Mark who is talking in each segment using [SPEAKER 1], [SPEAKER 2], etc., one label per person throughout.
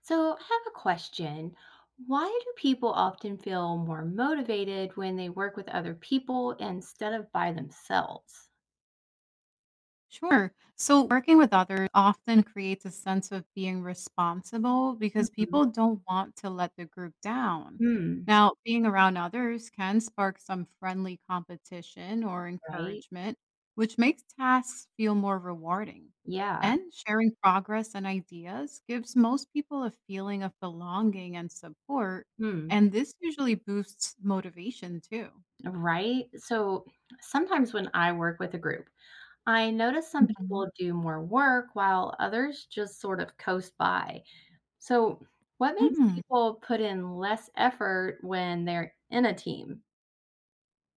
[SPEAKER 1] So, I have a question. Why do people often feel more motivated when they work with other people instead of by themselves?
[SPEAKER 2] Sure. So, working with others often creates a sense of being responsible because people don't want to let the group down.
[SPEAKER 1] Hmm.
[SPEAKER 2] Now, being around others can spark some friendly competition or
[SPEAKER 1] Right?
[SPEAKER 2] encouragement, which makes tasks feel more rewarding.
[SPEAKER 1] Yeah.
[SPEAKER 2] And sharing progress and ideas gives most people a feeling of belonging and support.
[SPEAKER 1] Mm,
[SPEAKER 2] And this usually boosts motivation too.
[SPEAKER 1] right. So, sometimes when I work with a group, I notice some
[SPEAKER 2] Mhm.
[SPEAKER 1] people do more work while others just sort of coast by. So, what makes
[SPEAKER 2] Mm.
[SPEAKER 1] people put in less effort when they're in a team?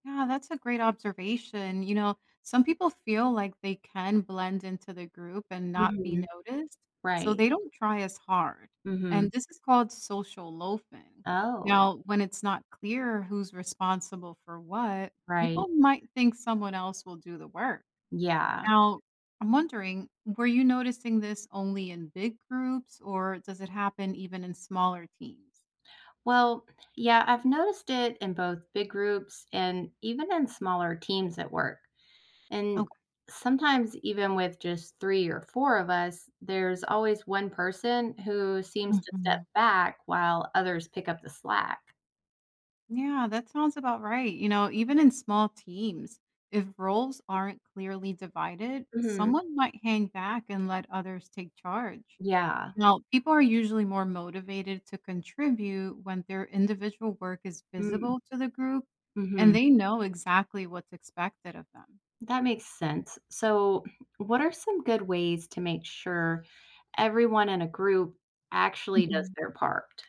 [SPEAKER 2] Yeah, that's a great observation. Some people feel like they can blend into the group and not be
[SPEAKER 1] Mhm.
[SPEAKER 2] noticed, so
[SPEAKER 1] Right.
[SPEAKER 2] they don't try as hard. And
[SPEAKER 1] Hmm.
[SPEAKER 2] this is called social loafing.
[SPEAKER 1] Oh,
[SPEAKER 2] Now, when it's not clear who's responsible for what,
[SPEAKER 1] right.
[SPEAKER 2] people might think someone else will do the work.
[SPEAKER 1] Yeah.
[SPEAKER 2] Now, I'm wondering, were you noticing this only in big groups or does it happen even in smaller teams?
[SPEAKER 1] Well, yeah, I've noticed it in both big groups and even in smaller teams at work. And sometimes, even with just three or four of us, there's always one person who seems to step
[SPEAKER 2] Okay.
[SPEAKER 1] back while others pick up the slack.
[SPEAKER 2] Yeah, that sounds about right. Even in small teams, if roles aren't clearly divided,
[SPEAKER 1] Hmm.
[SPEAKER 2] someone might hang back and let others take charge.
[SPEAKER 1] Yeah.
[SPEAKER 2] Now, people are usually more motivated to contribute when their individual work is
[SPEAKER 1] Mm,
[SPEAKER 2] visible to the group and
[SPEAKER 1] mm-hmm.
[SPEAKER 2] they know exactly what's expected of them.
[SPEAKER 1] That makes sense. So, what are some good ways to make sure everyone in a group actually does their part?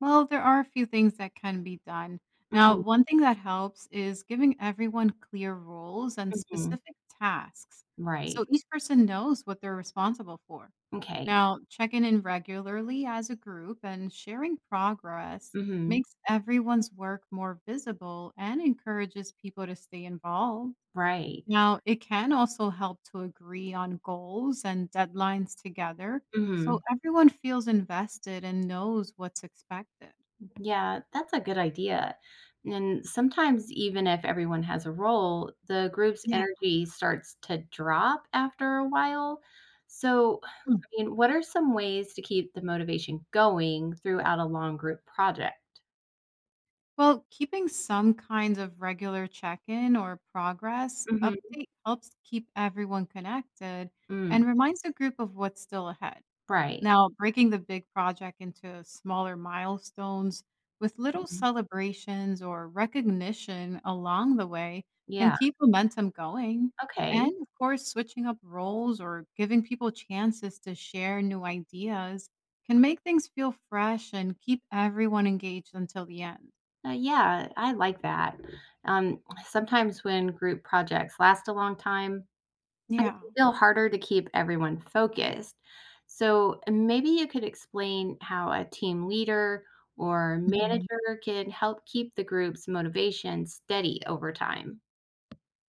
[SPEAKER 2] Well, there are a few things that can be done. Now,
[SPEAKER 1] Hmm.
[SPEAKER 2] one thing that helps is giving everyone clear roles and
[SPEAKER 1] Hmm.
[SPEAKER 2] specific tasks
[SPEAKER 1] Right.
[SPEAKER 2] so each person knows what they're responsible for.
[SPEAKER 1] Okay.
[SPEAKER 2] Now, checking in regularly as a group and sharing progress
[SPEAKER 1] Mhm.
[SPEAKER 2] makes everyone's work more visible and encourages people to stay involved.
[SPEAKER 1] Right.
[SPEAKER 2] Now, it can also help to agree on goals and deadlines together so
[SPEAKER 1] Mhm.
[SPEAKER 2] everyone feels invested and knows what's expected.
[SPEAKER 1] Yeah, that's a good idea. And sometimes even if everyone has a role, the group's
[SPEAKER 2] Yeah.
[SPEAKER 1] energy starts to drop after a while. So, I
[SPEAKER 2] Mm.
[SPEAKER 1] mean, what are some ways to keep the motivation going throughout a long group project?
[SPEAKER 2] Well, keeping some kinds of regular check in or progress
[SPEAKER 1] Mhm.
[SPEAKER 2] update helps keep everyone connected
[SPEAKER 1] Mm,
[SPEAKER 2] and reminds the group of what's still ahead.
[SPEAKER 1] right.
[SPEAKER 2] Now, breaking the big project into smaller milestones with little
[SPEAKER 1] Mhm.
[SPEAKER 2] celebrations or recognition along the way can
[SPEAKER 1] Yeah.
[SPEAKER 2] keep momentum going.
[SPEAKER 1] Okay.
[SPEAKER 2] And of course, switching up roles or giving people chances to share new ideas can make things feel fresh and keep everyone engaged until the end.
[SPEAKER 1] Yeah, I like that. Sometimes when group projects last a long time, I
[SPEAKER 2] Yeah.
[SPEAKER 1] can feel harder to keep everyone focused. So maybe you could explain how a team leader or
[SPEAKER 2] Mhm.
[SPEAKER 1] manager can help keep the group's motivation steady over time.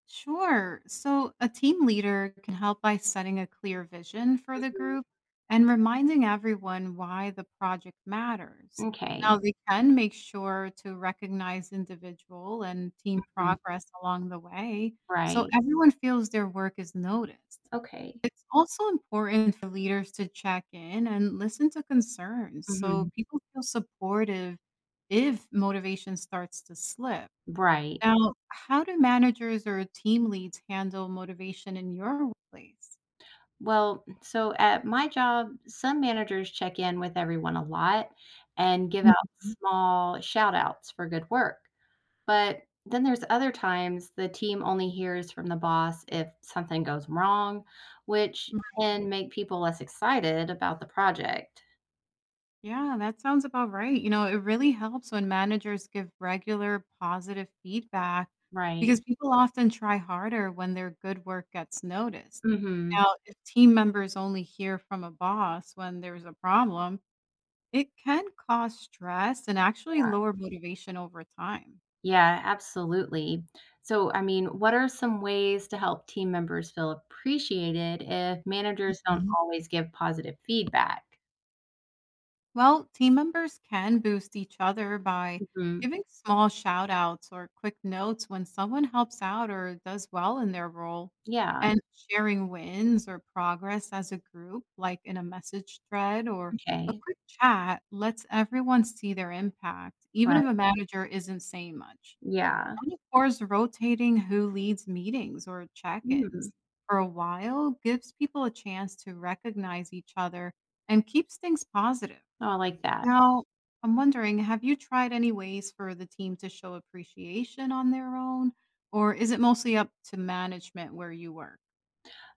[SPEAKER 2] Sure. So a team leader can help by setting a clear vision for the
[SPEAKER 1] Mhm.
[SPEAKER 2] group and reminding everyone why the project matters. Now,
[SPEAKER 1] Okay.
[SPEAKER 2] they can make sure to recognize individual and team
[SPEAKER 1] Mhm.
[SPEAKER 2] progress along the way so
[SPEAKER 1] Right.
[SPEAKER 2] everyone feels their work is noticed.
[SPEAKER 1] Okay.
[SPEAKER 2] It's also important for leaders to check in and listen to concerns so
[SPEAKER 1] Mhm.
[SPEAKER 2] people feel supportive if motivation starts to slip.
[SPEAKER 1] Right.
[SPEAKER 2] Now, how do managers or team leads handle motivation in your workplace?
[SPEAKER 1] Well, so at my job, some managers check in with everyone a lot and give out
[SPEAKER 2] Mhm.
[SPEAKER 1] small shout outs for good work. But then there's other times the team only hears from the boss if something goes wrong, which
[SPEAKER 2] Mm.
[SPEAKER 1] can make people less excited about the project.
[SPEAKER 2] Yeah, that sounds about right. It really helps when managers give regular positive feedback
[SPEAKER 1] Right.
[SPEAKER 2] because people often try harder when their good work gets noticed.
[SPEAKER 1] Mhm.
[SPEAKER 2] Now, if team members only hear from a boss when there's a problem, it can cause stress and actually lower motivation over time.
[SPEAKER 1] Yeah, absolutely. So, I mean, what are some ways to help team members feel appreciated if managers don't always give positive feedback?
[SPEAKER 2] Well, team members can boost each other by
[SPEAKER 1] Mhm.
[SPEAKER 2] giving small shout outs or quick notes when someone helps out or does well in their role,
[SPEAKER 1] Yeah.
[SPEAKER 2] and sharing wins or progress as a group, like in a message thread or a
[SPEAKER 1] Okay.
[SPEAKER 2] quick chat, lets everyone see their impact, even if
[SPEAKER 1] Right.
[SPEAKER 2] a manager isn't saying much.
[SPEAKER 1] Yeah.
[SPEAKER 2] And of course, rotating who leads meetings or check
[SPEAKER 1] Mm.
[SPEAKER 2] ins for a while gives people a chance to recognize each other and keeps things positive.
[SPEAKER 1] Oh, I like that.
[SPEAKER 2] Now, I'm wondering, have you tried any ways for the team to show appreciation on their own, or is it mostly up to management where you work?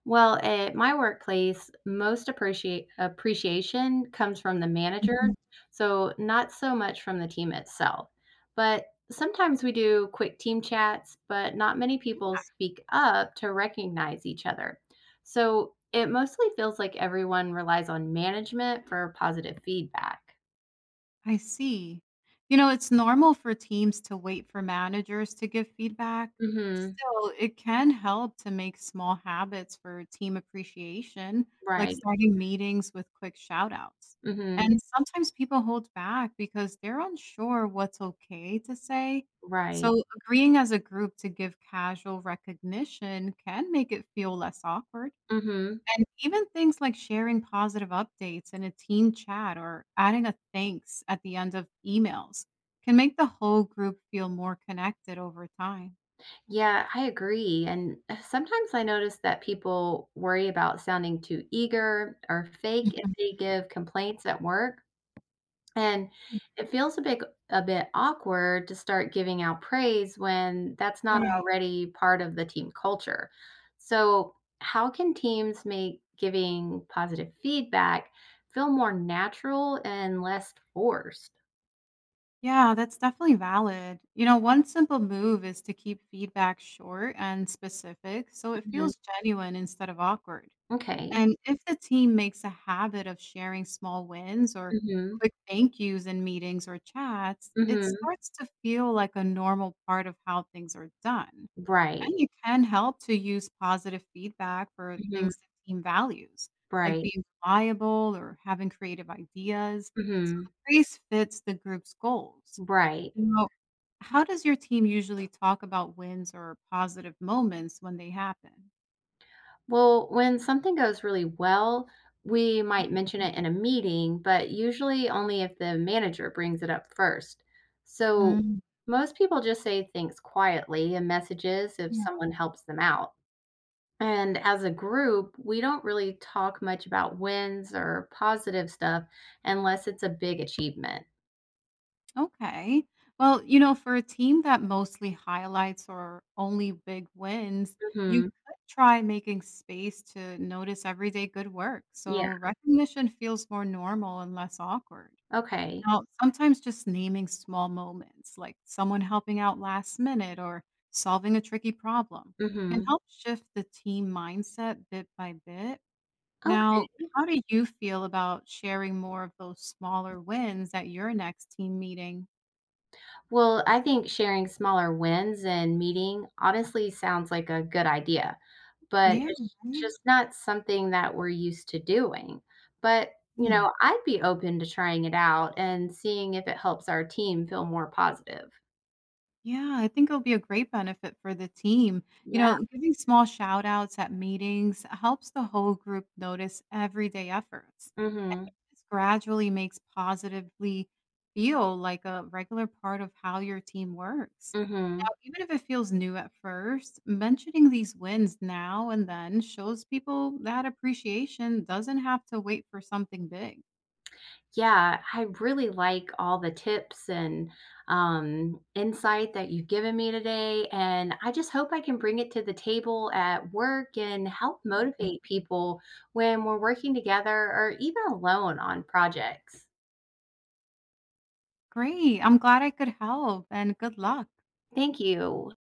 [SPEAKER 1] Well, at my workplace, most appreciate appreciation comes from the manager, so not so much from the team itself. But sometimes we do quick team chats, but not many people speak up to recognize each other. So it mostly feels like everyone relies on management for positive feedback.
[SPEAKER 2] I see. It's normal for teams to wait for managers to give feedback.
[SPEAKER 1] Mhm.
[SPEAKER 2] Still, it can help to make small habits for team appreciation, like
[SPEAKER 1] Right.
[SPEAKER 2] starting meetings with quick shout outs.
[SPEAKER 1] Mhm.
[SPEAKER 2] And sometimes people hold back because they're unsure what's okay to say.
[SPEAKER 1] Right.
[SPEAKER 2] So, agreeing as a group to give casual recognition can make it feel less awkward.
[SPEAKER 1] Mhm.
[SPEAKER 2] And even things like sharing positive updates in a team chat or adding a thanks at the end of emails can make the whole group feel more connected over time.
[SPEAKER 1] Yeah, I agree. And sometimes I notice that people worry about sounding too eager or fake if they give complaints at work. And
[SPEAKER 2] Mhm.
[SPEAKER 1] it feels a bit awkward to start giving out praise when that's not
[SPEAKER 2] Right.
[SPEAKER 1] already part of the team culture. So, how can teams make giving positive feedback feel more natural and less forced?
[SPEAKER 2] Yeah, that's definitely valid. One simple move is to keep feedback short and specific so it
[SPEAKER 1] Mhm.
[SPEAKER 2] feels genuine instead of awkward.
[SPEAKER 1] Okay.
[SPEAKER 2] And if the team makes a habit of sharing small wins or
[SPEAKER 1] Mhm.
[SPEAKER 2] quick thank yous in meetings or chats, it
[SPEAKER 1] Mhm.
[SPEAKER 2] starts to feel like a normal part of how things are done.
[SPEAKER 1] Right.
[SPEAKER 2] And you can help to use positive feedback for
[SPEAKER 1] Mhm.
[SPEAKER 2] things the team values, like
[SPEAKER 1] Right.
[SPEAKER 2] being reliable or having creative ideas. So the
[SPEAKER 1] Mhm.
[SPEAKER 2] praise fits the group's goals.
[SPEAKER 1] Right.
[SPEAKER 2] Now, how does your team usually talk about wins or positive moments when they happen?
[SPEAKER 1] Well, when something goes really well, we might mention
[SPEAKER 2] Mhm.
[SPEAKER 1] it in a meeting, but usually only if the manager brings it up first. So
[SPEAKER 2] Mm.
[SPEAKER 1] most people just say things quietly in messages if someone helps them out. And as a group, we don't really talk much about wins or positive stuff unless it's a big achievement.
[SPEAKER 2] Okay. Well, for a team that mostly highlights or only big wins, you
[SPEAKER 1] Hmm.
[SPEAKER 2] could try making space to notice everyday good work.
[SPEAKER 1] Yeah.
[SPEAKER 2] So recognition feels more normal and less awkward.
[SPEAKER 1] Okay.
[SPEAKER 2] Now, sometimes just naming small moments, like someone helping out last minute or solving a tricky problem, can
[SPEAKER 1] Hmm.
[SPEAKER 2] help shift the team mindset bit by bit. Now, how do you feel about sharing more of those smaller wins at your next team meeting?
[SPEAKER 1] Well, I think sharing smaller wins and meeting honestly sounds like a good idea, but
[SPEAKER 2] Yeah,
[SPEAKER 1] it's
[SPEAKER 2] right?
[SPEAKER 1] just not something that we're used to doing. But, you
[SPEAKER 2] Mm.
[SPEAKER 1] know, I'd be open to trying it out and seeing if it helps our team feel more positive.
[SPEAKER 2] Yeah, I think it'll be a great benefit for the team.
[SPEAKER 1] Yeah.
[SPEAKER 2] Giving small shout outs at meetings helps the whole group notice everyday efforts.
[SPEAKER 1] Mhm.
[SPEAKER 2] This gradually makes positively feel like a regular part of how your team works. Now,
[SPEAKER 1] Mhm.
[SPEAKER 2] even if it feels new at first, mentioning these wins now and then shows people that appreciation doesn't have to wait for something big.
[SPEAKER 1] Yeah, I really like all the tips and insight that you've given me today. And I just hope I can bring it to the table at work and help motivate people when we're working together or even alone on projects.
[SPEAKER 2] Great. I'm glad I could help and good luck.
[SPEAKER 1] Thank you.